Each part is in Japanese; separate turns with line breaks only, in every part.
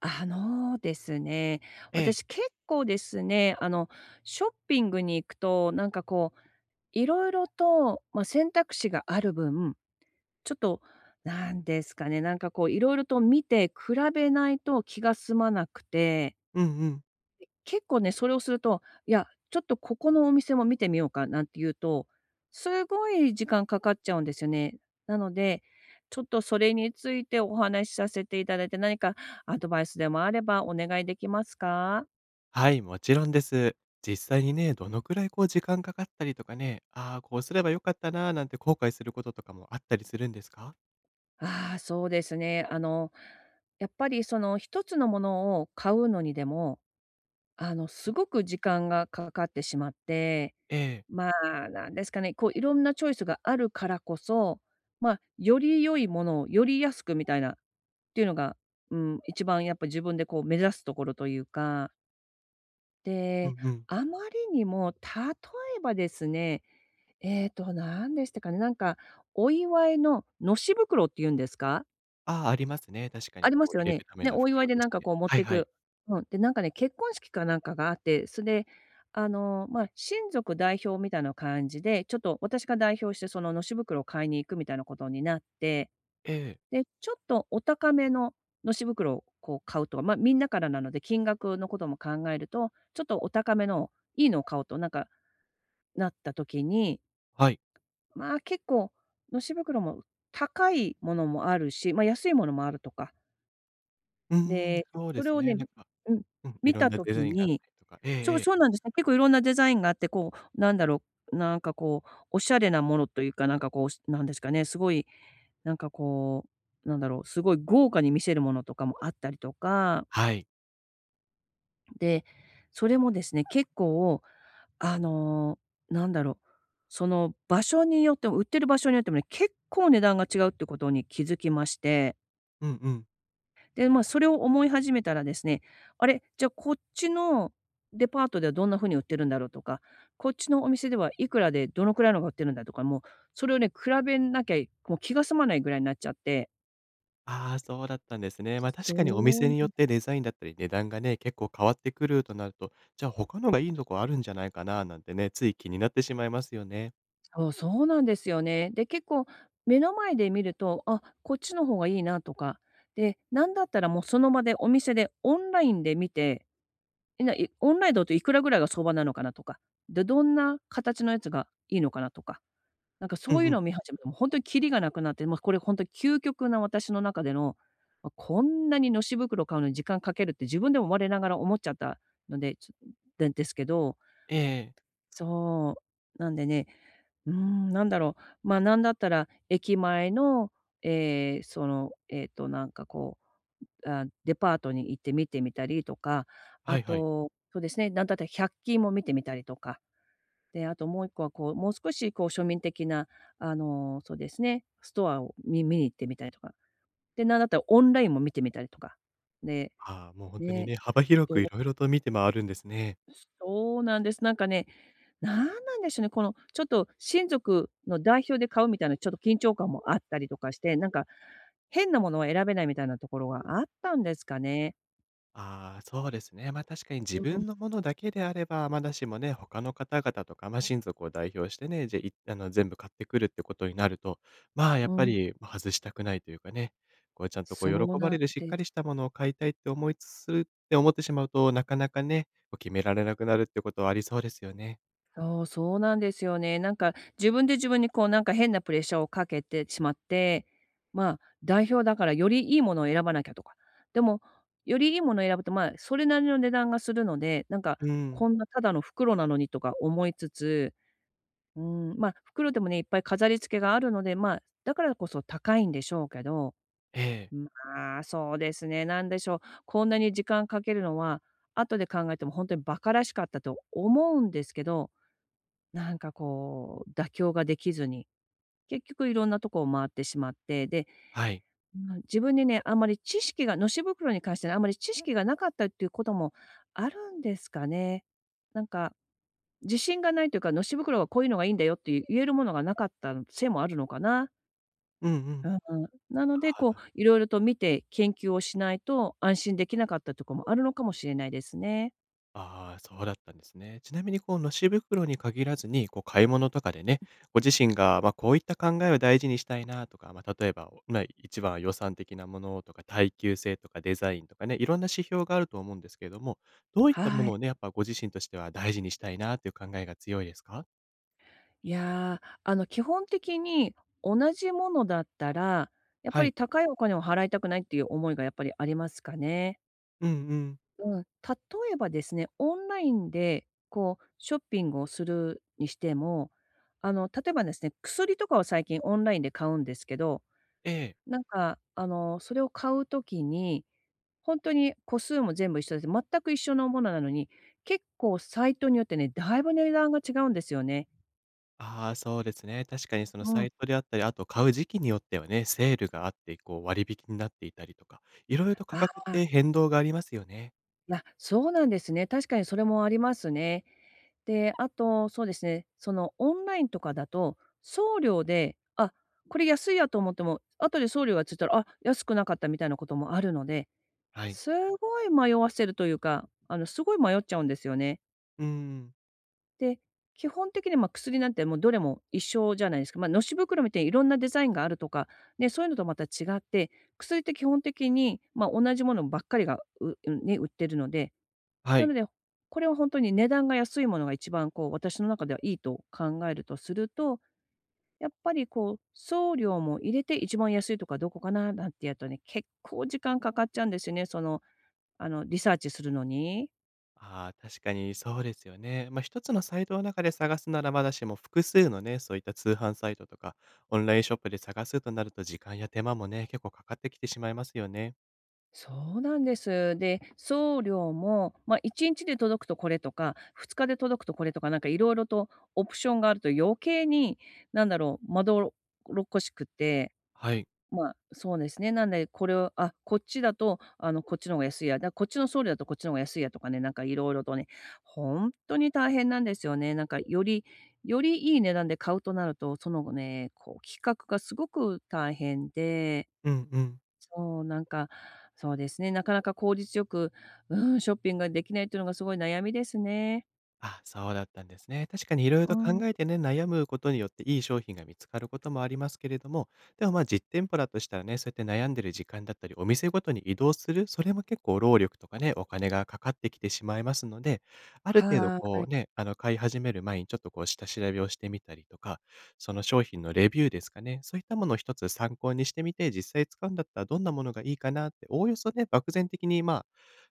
あのですね、
ええ。
私結構ですね、あの、ショッピングに行くと、なんかこう、いろいろと、まあ、選択肢がある分、ちょっと、なんですかね、なんかこういろいろと見て比べないと気が済まなくて。
うんうん。
結構ね、それをすると、いや、ちょっとここのお店も見てみようかなんて言うと、すごい時間かかっちゃうんですよね。なので、ちょっとそれについてお話しさせていただいて、何かアドバイスでもあればお願いできますか？
はい、もちろんです。実際にね、どのくらいこう時間かかったりとかね、ああ、こうすればよかったな、なんて後悔することとかもあったりするんですか？
ああ、そうですね。あの、やっぱりその一つのものを買うのにでも、あの、すごく時間がかかってしまって、
ええ。
まあ、なんですかね、こういろんなチョイスがあるからこそ、ま、あより良いものをより安くみたいなっていうのが、うん、一番やっぱ自分でこう目指すところというか、
う
で、
んうん。
あまりにも例えばですね、なんでしたかね、なんかお祝いののし袋っていうんですか？
ああ、ありますね。確かに
あり
こ
ま
う
す
入
よ
れる
ね。
ため
ね、
の
お祝い
袋
で
と
な
し
んか
て。
こう持っ
はい
て
はい。
く。うん。で、なんかね、結婚式かなんかがあって、それで、あの、まあ、親族代表みたいな感じで、ちょっと私が代表してそののし袋を買いに行くみたいなことになって、
ええ、
で、ちょっとお高めののし袋をこう買うとか、まあ、みんなからなので、金額のことも考えると、ちょっとお高めのいいのを買おうとなんかなった時に、
はい。
まあ、結構のし袋も高いものもあるし、まあ、安いものもあるとか。
うーん、
で、
そうで
それ
す
を
ね。
ね、うん、
うん、い
見
ろん
た
なデザ
時
インがあっ
に、
たりとか。ええ
そ
え
う
え。
そうなんですね。結構いろんなデザインがあって、こう、なんだろう、なんかこう、おしゃれなものというか、なんかこう、なんですかね、すごい、なんかこう、なんだろう、すごい豪華に見せるものとかもあったりとか、
はい。
で、それもですね、結構、あの、なんだろう、その場所によっても売ってる場所によってもね、結構値段が違うってことに気づきまして。
うんうん。
で、まあ、それを思い始めたらですね、あれ、じゃ、あこっちのデパートではどんな風に売ってるんだろうとか、こっちのお店ではいくらでどのくらいのが売ってるんだとか、もうそれをね、比べなきゃ、もう気が済まないぐらいになっちゃって。
ああ、そうだったんですね。ま、あ確
そ
かにお
う
店によ
な
っ
ん
てデザインだったり値段がね、結構変わってくるとなると、じゃあ他のがいいとこあるんじゃないかななんてね、つい気になってしまいますよね。
そう、そうなんですよね。で、結構目の前で見ると、あ、こっちの方がいいなとか、で、なんだったらもうその場でお店でオンラインで見て、え、ないオンラインだといくらぐらいが相場なのかなとか、で、どんな形のやつがいいのかなとか。なんか
う
そう
ん
い
う
う
ん。
のを見始めても本当にキリがなくなって、もうこれ本当に究極な私の中での、ま、こんなにのし袋買うのに時間かけるって自分でも我ながら思っちゃったので、ちょでですけど、
ええ
そう、なんでね、うーん、なんだろう、ま、なんだったら駅前の、ええ、その、なんかこう、あ、デパートに行って見てみたりとか、
は
あ
いはい。
と、そうですね、なんだったら1均も見てみたりとか。で、あともう一個はこう、もう少しこう庶民的な、あの、そうですね、ストアを見に行ってみたりとか。で、なんだったらオンラインも見てみたりとか。で、
ああ、もう本当に
ね、
ね、幅広
そ
く
う
いろいろと見て回るんですね。
そうなんです。なんかね、なんなんでしょうね、このちょっと親族の代表で買うみたいなちょっと緊張感もあったりとかして、なんか変なものは選べないみたいなところがあったんですかね。
ああ、そうですね。ま、あ確かに自
うん、
分のものだけであれば、まだしもね、他の方々とか、ま、親族を代表してね、じゃ、いあの、全部買ってくるってことになると、まあ、やっ
う
ぱ
ん、
り、ま、外したくないというかね、こう、ちゃんとこ
そ
う、
う
喜ば
なん
れるしっ
で
かりし
す。
たものを買いたいって思いつつって思ってしまうと、なかなかね、こう、決められなくなるってことはありそうですよね。
そう、そうなんですよね。なんか自分で自分にこうなんか変なプレッシャーをかけてしまって、まあ、代表だからよりいいものを選ばなきゃとか。でも、よりいいものを選ぶと、まあ、それなりの値段がするので、なんか
うん。
こんなただの袋なのにとか思いつつ、うん、まあ、袋でもね、いっぱい飾り付けがあるので、まあ、だからこそ高いんでしょうけど、
ええ、
まあ、そうですね、なんでしょう、こんなに時間かけるのは、後で考えても本当に馬鹿らしかったと思うんですけど、なんかこう、妥協ができずに、結局いろんなとこを回ってしまって、で、
はい。
まあ自分にね、あんまり知識がのし袋に関してね、あんまり知識がなかったっていうこともあるんですかね。なんか、自信がないというか、のし袋はこういうのがいいんだよっていう言えるものがなかったせいもあるのかな。
うんうん。
うんうん。なので、こう、いろいろと見て研究をしないと安心できなかったところもあるのかもしれないですね。
ああ、そうだったんですね。ちなみにこう、のし袋に限らずに、こう、買い物とかでね、ご自身が、まあ、こういった考えを大事にしたいなとか、まあ、例えば、まあ、一番は予算的なものとか、耐久性とかデザインとかね、いろんな指標があると思うんですけれども、どういったも
は
の
い。
をね、やっぱご自身としては大事にしたいなという考えが強いですか？
いやー、あの、基本的に同じものだったら、やっ
は
ぱり
い。
高いお金を払いたくないっていう思いがやっぱりありますかね。
うんうん。
うん、例えばですね、オンラインでこうショッピングをするにしても、あの、例えばですね、薬とかを最近オンラインで買うんですけど、
ええ。
なんか、あの、それを買うときに、本当に個数も全部一緒です。全く一緒のものなのに、結構サイトによってね、だいぶ値段が違うんですよね。
ああ、そうですね。確かにその
う
サ
ん。
イトであったり、あと買う時期によってはね、セールがあって、こう割引になっていたりとか、いろいろと価
あ
格って
あ。
変動がありますよね。
あ、そうなんですね。確かにそれもありますね。で、あと、そうですね、そのオンラインとかだと、送料で、あ、これ安いやと思っても、後で送料がついたら、あ、安くなかったみたいなこともあるので、
はい。
すごい迷わせるというか、あの、すごい迷っちゃうんですよね。
うーん。
で、基本的に、ま、薬なんてもうどれも一緒じゃないですか。まあ、のし袋みたいにいろんなデザインがあるとか、ね、そういうのとまた違って、薬って基本的に、ま、同じものばっかりが、う、ね、売ってるので、
は
な
い。
ので、これは本当に値段が安いものが一番こう、私の中ではいいと考えるとすると、やっぱりこう、送料も入れて一番安いとかどこかななんてやるとね、結構時間かかっちゃうんですよね、その、あの、リサーチするのに。
ああ、確かにそうですよね。まあ、一つのサイトの中で探すならまだしも、複数のね、そういった通販サイトとか、オンラインショップで探すとなると時間や手間もね、結構かかってきてしまいますよね。
そうなんです。で、送料も、まあ、1日で届くとこれとか、2日で届くとこれとか、なんかいろいろとオプションがあると余計に、なんだろう、まどろっこしくて、
はい。
まあ、そうですね。なんで、これを、あ、こっちだと、あの、こっちの方が安いや、だ、こっちの送料だとこっちの方が安いやとかね、なんかいろいろとね、本当に大変なんですよね。なんかよりいい値段で買うとなると、そのね、こう企画がすごく大変で、
うんうん。
そう、なんか、そうですね、なかなか効率よく、うん、ショッピングができないというのがすごい悩みですね。
あ、そうだったんですね。確かにいろいろ
う
と考
ん、
えてね、悩むことによっていい商品が見つかることもありますけれども、でも、ま、あ実店舗だとしたらね、そうやって悩んでる時間だったり、お店ごとに移動する、それも結構労力とかね、お金がかかってきてしまいますので、ある程度
はー
こ
い。
うね、あの、買い始める前にちょっとこう下調べをしてみたりとか、その商品のレビューですかね、そういったものを一つ参考にしてみて、実際使うんだったらどんなものがいいかなって、おおよそね、漠然的に、まあ、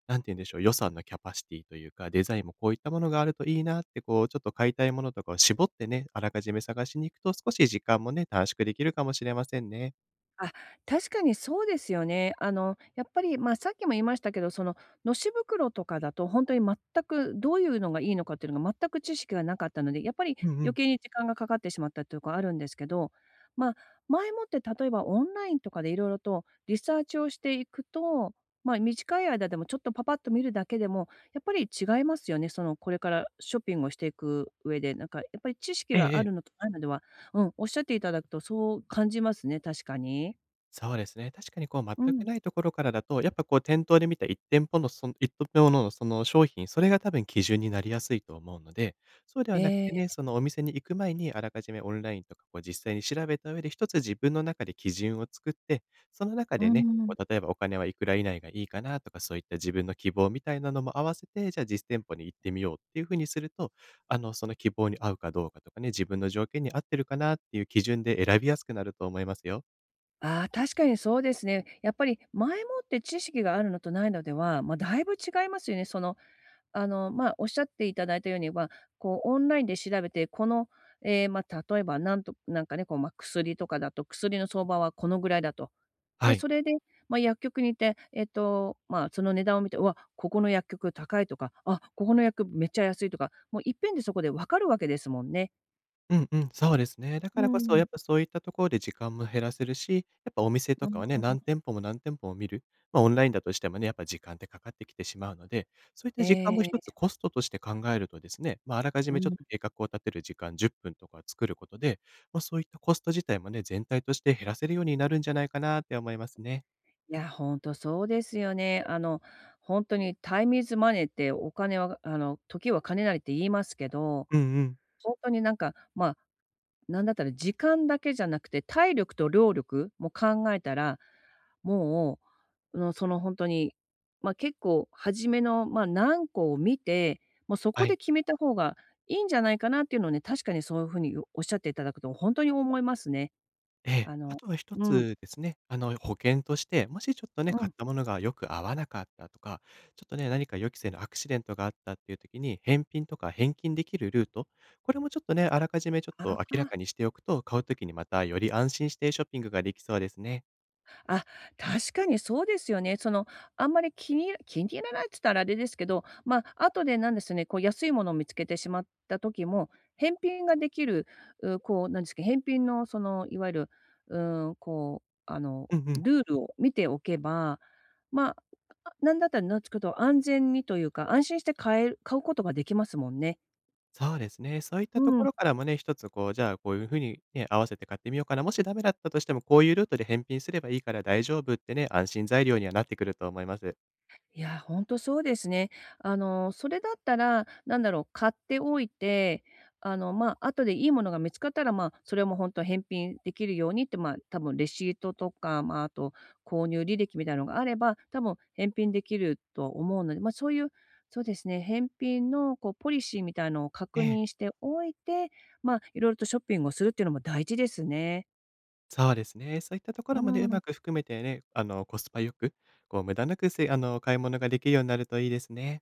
なんて言うんでしょう、予算のキャパシティというか、デザインもこういったものがあるといいなって、こう、ちょっと買いたいものとかを絞ってね、あらかじめ探しに行くと、少し時間もね、短縮できるかもしれませんね。
あ、確かにそうですよね。やっぱり、さっきも言いましたけど、のし袋とかだと本当に全くどういうのがいいのかっていうのが全く知識がなかったので、やっぱり
うんう
余
ん。
計に時間がかかってしまったというかあるんですけど、まあ、前もって例えばオンラインとかでいろいろとリサーチをしていくと、短い間でもちょっとパパッと見るだけでも、やっぱり違いますよね。その、これからショッピングをしていく上で、やっぱり知識
えええ
がある
え。
のとないのでは、うん、おっしゃっていただくとそう感じますね、確かに。
そうですね。確かにこう全
う
く
ん。
ないところからだと、やっぱこう店頭で見た1店舗のその一店舗のその商品、それが多分基準になりやすいと思うので、そうではなく
え
てね、
え。
そのお店に行く前にあらかじめオンラインとかこう実際に調べた上で一つ自分の中で基準を作って、その中で
う
ね、こ
ん。
う例えばお金はいくら以内がいいかなとか、そういった自分の希望みたいなのも合わせて、じゃあ実店舗に行ってみようっていうふうにすると、あの、その希望に合うかどうかとかね、自分の条件に合ってるかなっていう基準で選びやすくなると思いますよ。
ああ、確かにそうですね。やっぱり前もって知識があるのとないのでは、だいぶ違いますよね。おっしゃっていただいたように、は、こうオンラインで調べて、この、ええ、まあ、例えばなんかね、薬とかだと、薬の相場はこのぐらいだと。
は
で、
い。
それで、薬局に行って、その値段を見て、うわ、ここの薬局高いとか、あ、ここの薬局めっちゃ安いとか、もういっぺんでそこで分かるわけですもんね。
うんうん、そうですね。だか
う
らこそ、や
ん。
っぱそういったところで時間も減らせるし、やっぱお店と
う
か
ん。
はね、何店舗も何店舗も見る。ま、オンラインだとしてもね、やっぱ時間ってかかってきてしまうので、そういった
え
時間も一つ
え。
コストとして考えるとですね、ま、ああらかじめ
う
ちょっ
ん。
と計画を立てる時間10分とか作ることで、ま、そういったコスト自体もね、全体として減らせるようになるんじゃないかなって思いますね。
いや、ほんとそうですよね。ほんとにタイムイズマネーって、お金は、時は金なりって言いますけど、
うんうん。
ほんとになんか、ま、なんだったら時間だけじゃなくて、体力と労力も考えたら、もう、の、そのほんとに、結構初めの、何個を見て、もうそ
は
こで
い。
決めた方がいいんじゃないかなっていうのをね、確かにそういう風におっしゃっていただくとほんとに思いますね。
ええ、
あ
あ
の
とは一
うん、
つですね、あの、保険として、もしちょっとね、
う
買
ん、
ったものがよく合わなかったとか、ちょっとね、何か予期せぬアクシデントがあったっていう時に、返品とか返金できるルート、これもちょっとね、あらかじめちょっ
あ
と明らか
あ。
にしておくと、買う時にまたより安心してショッピングができそうですね。
あ、確かにそうですよね。あんまり気に入らないって言ったらあれですけど、後でなんですよね、こう安いものを見つけてしまった時も、返品ができる、う、こう、なんですか、返品のその、いわゆる、うーん、こう、あの、
うんうん。
ルールを見ておけば、ま、あ、なんだったらなんつくと、安全にというか、安心して買える買うことができますもんね。
そうですね。そういっ
う
たとこ
ん。
ろからもね、一つこう、じゃあ、こういう風にね、合わせて買ってみようかな、もしダメだったとしても、こういうルートで返品すればいいから大丈夫ってね、安心材料にはなってくると思います。
いや、ほんとそうですね。あの、それだったら、なんだろう、買っておいて、後でいいものが見つかったら、それもほんと返品できるようにって、多分レシートとか、あと購入履歴みたいなのがあれば、多分返品できるとは思うので、まあ、そういう、そうですね、返品のこうポリシーみたいのを
え
確
え。
認しておいて、いろいろとショッピングをするっていうのも大事ですね。
そうですね。そういったとこ
う
ろまでう
ん。
まく含めてね、あの、コスパよく、こう無駄なくせあの、買い物ができるようになるといいですね。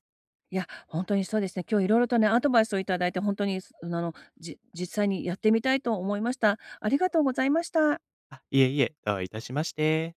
いや、本当にそうですね。今日いろいろとね、アドバイスをいただいて、本当に、すあの、じ実際にやってみたいと思いました。ありがとうございました。
あ、いえいえ、どういたしまして。